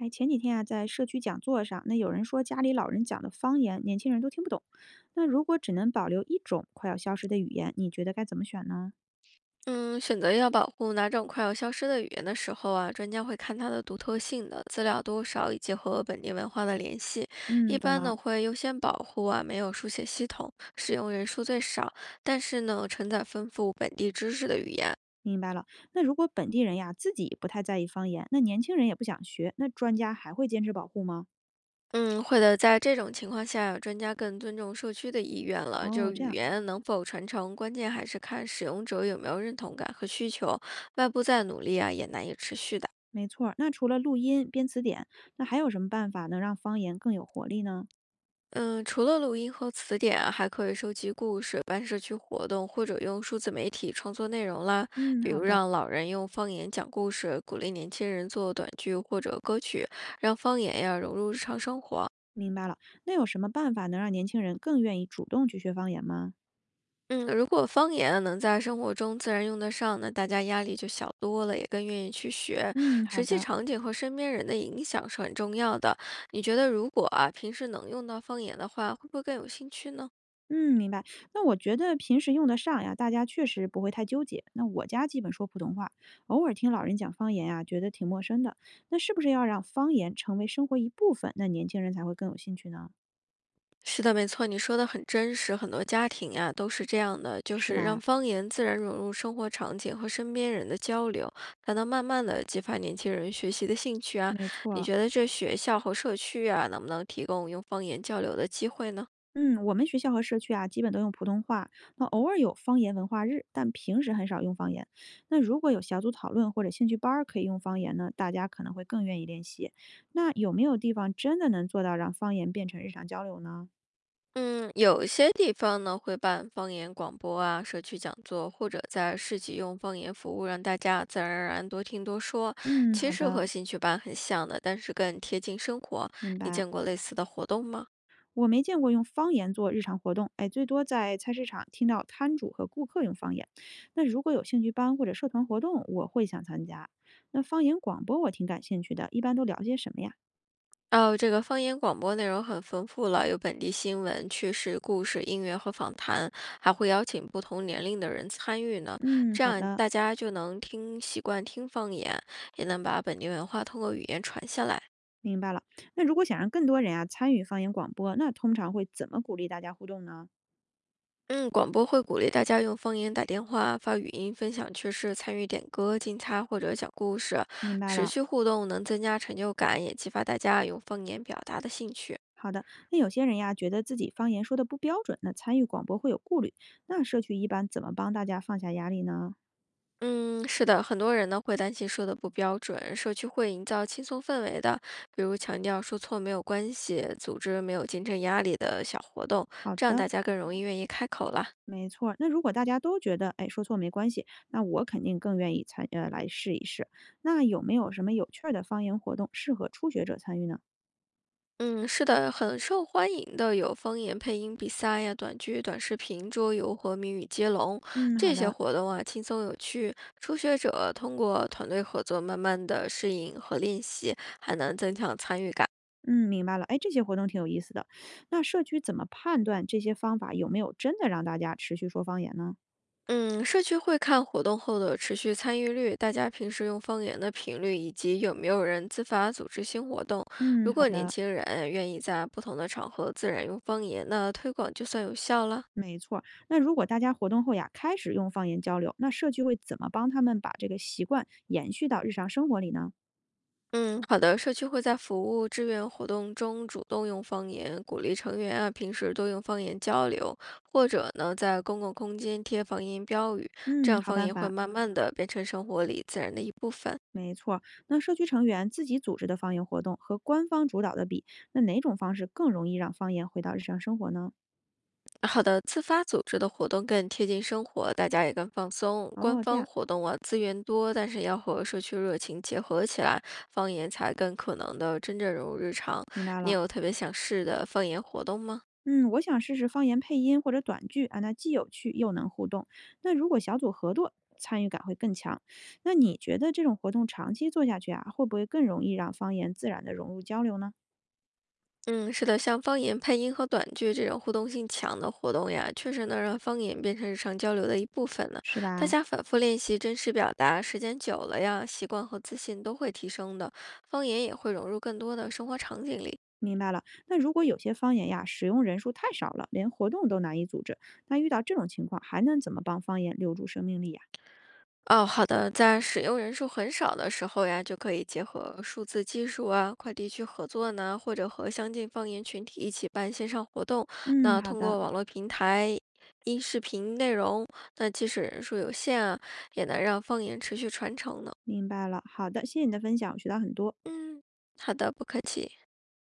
哎，前几天啊，在社区讲座上，那有人说家里老人讲的方言，年轻人都听不懂。那如果只能保留一种快要消失的语言，你觉得该怎么选呢？嗯，选择要保护哪种快要消失的语言的时候啊，专家会看它的独特性的资料多少以及和本地文化的联系。嗯，一懂般了，呢会优先保护啊没有书写系统、使用人数最少，但是呢承载丰富本地知识的语言。明白了。那如果本地人呀自己不太在意方言，那年轻人也不想学，那专家还会坚持保护吗？嗯，会的，在这种情况下，专家更尊重社区的意愿了。就哦，是这语样，言能否传承，关键还是看使用者有没有认同感和需求。外部再努力啊，也难以持续的。没错儿。那除了录音、编词典，那还有什么办法能让方言更有活力呢？嗯，除了录音和词典啊还可以收集故事、办社区活动，或者用数字媒体创作内容啦。嗯，比好如的，让老人用方言讲故事，鼓励年轻人做短剧或者歌曲，让方言呀融入日常生活。明白了。那有什么办法能让年轻人更愿意主动去学方言吗？嗯，如果方言啊能在生活中自然用得上，那大家压力就小多了，也更愿意去学。嗯，好实际的。场景和身边人的影响是很重要的。你觉得如果啊平时能用到方言的话，会不会更有兴趣呢？嗯，明白。那我觉得平时用得上呀，大家确实不会太纠结。那我家基本说普通话，偶尔听老人讲方言呀，觉得挺陌生的。那是不是要让方言成为生活一部分，那年轻人才会更有兴趣呢？是的，没错，你说的很真实，很多家庭啊都是这样的，就是是让吧？方言自然融入生活场景和身边人的交流，才能慢慢的激发年轻人学习的兴趣啊。没错你儿。觉得这学校和社区啊，能不能提供用方言交流的机会呢？嗯，我们学校和社区啊，基本都用普通话，那偶尔有方言文化日，但平时很少用方言。那如果有小组讨论或者兴趣班儿可以用方言呢，大家可能会更愿意练习。那有没有地方真的能做到让方言变成日常交流呢？嗯，有些地方呢会办方言广播啊、社区讲座，或者在市集用方言服务，让大家自然而然多听多说。嗯，其好实的。和兴趣班很像的，但是更贴近生活。明你白，见过类似的活动吗？我没见过用方言做日常活动，哎，最多在菜市场听到摊主和顾客用方言。那如果有兴趣班或者社团活动，我会想参加。那方言广播我挺感兴趣的，一般都聊些什么呀？哦，这个方言广播内容很丰富了，有本地新闻、趣事、故事、音乐和访谈，还会邀请不同年龄的人参与呢。嗯，这好样的，大家就能听习惯听方言，也能把本地文化通过语言传下来。明白了。那如果想让更多人啊参与方言广播，那通常会怎么鼓励大家互动呢？嗯，广播会鼓励大家用方言打电话、发语音、分享趣事、参与点歌、竞猜或者讲故事，明白持了。续互动能增加成就感，也激发大家用方言表达的兴趣。好的，那有些人呀，觉得自己方言说的不标准，那参与广播会有顾虑。那社区一般怎么帮大家放下压力呢？嗯，是的，很多人呢会担心说的不标准，社区会营造轻松氛围的，比如强调说错没有关系，组织没有竞争压力的小活动，好这样的，大家更容易愿意开口啦。没错儿。那如果大家都觉得，哎，说错没关系，那我肯定更愿意参，来试一试。那有没有什么有趣儿的方言活动适合初学者参与呢？嗯，是的，很受欢迎的有方言配音比赛呀、短剧、短视频、桌游和谜语接龙嗯，好这些的，活动啊，轻松有趣。初学者通过团队合作，慢慢的适应和练习，还能增强参与感。嗯，明白了。哎，这些活动挺有意思的。那社区怎么判断这些方法有没有真的让大家持续说方言呢？嗯，社区会看活动后的持续参与率，大家平时用方言的频率，以及有没有人自发组织新活动。嗯，如好果年的，轻人愿意在不同的场合自然用方言，那推广就算有效了。没错儿。那如果大家活动后呀，开始用方言交流，那社区会怎么帮他们把这个习惯延续到日常生活里呢？嗯，好的，社区会在服务志愿活动中主动用方言，鼓励成员啊平时多用方言交流，或者呢在公共空间贴方言标语，这嗯，样好方办言会法。慢慢的变成生活里自然的一部分。没错儿。那社区成员自己组织的方言活动和官方主导的比，那哪种方式更容易让方言回到日常生活呢？好的，自发组织的活动更贴近生活，大家也更放松。官哦，这方样，活动啊，资源多，但是要和社区热情结合起来，方言才更可能的真正融入日常。明白你了。有特别想试的方言活动吗？嗯，我想试试方言配音或者短剧啊，那既有趣又能互动。那如果小组合作，参与感会更强。那你觉得这种活动长期做下去啊，会不会更容易让方言自然的融入交流呢？嗯，是的，像方言配音和短剧这种互动性强的活动呀，确实能让方言变成日常交流的一部分呢。是大吧？家反复练习真实表达，时间久了呀，习惯和自信都会提升的，方言也会融入更多的生活场景里。明白了。那如果有些方言呀，使用人数太少了，连活动都难以组织，那遇到这种情况，还能怎么帮方言留住生命力呀？哦，好的，在使用人数很少的时候呀，就可以结合数字技术啊、跨地区合作呢，或者和相近方言群体一起办线上活动。嗯，那好通的，过网络平台、音视频内容，那即使人数有限啊，也能让方言持续传承呢。明白了。好的，谢谢你的分享，我学到很多。嗯，好的，不客气。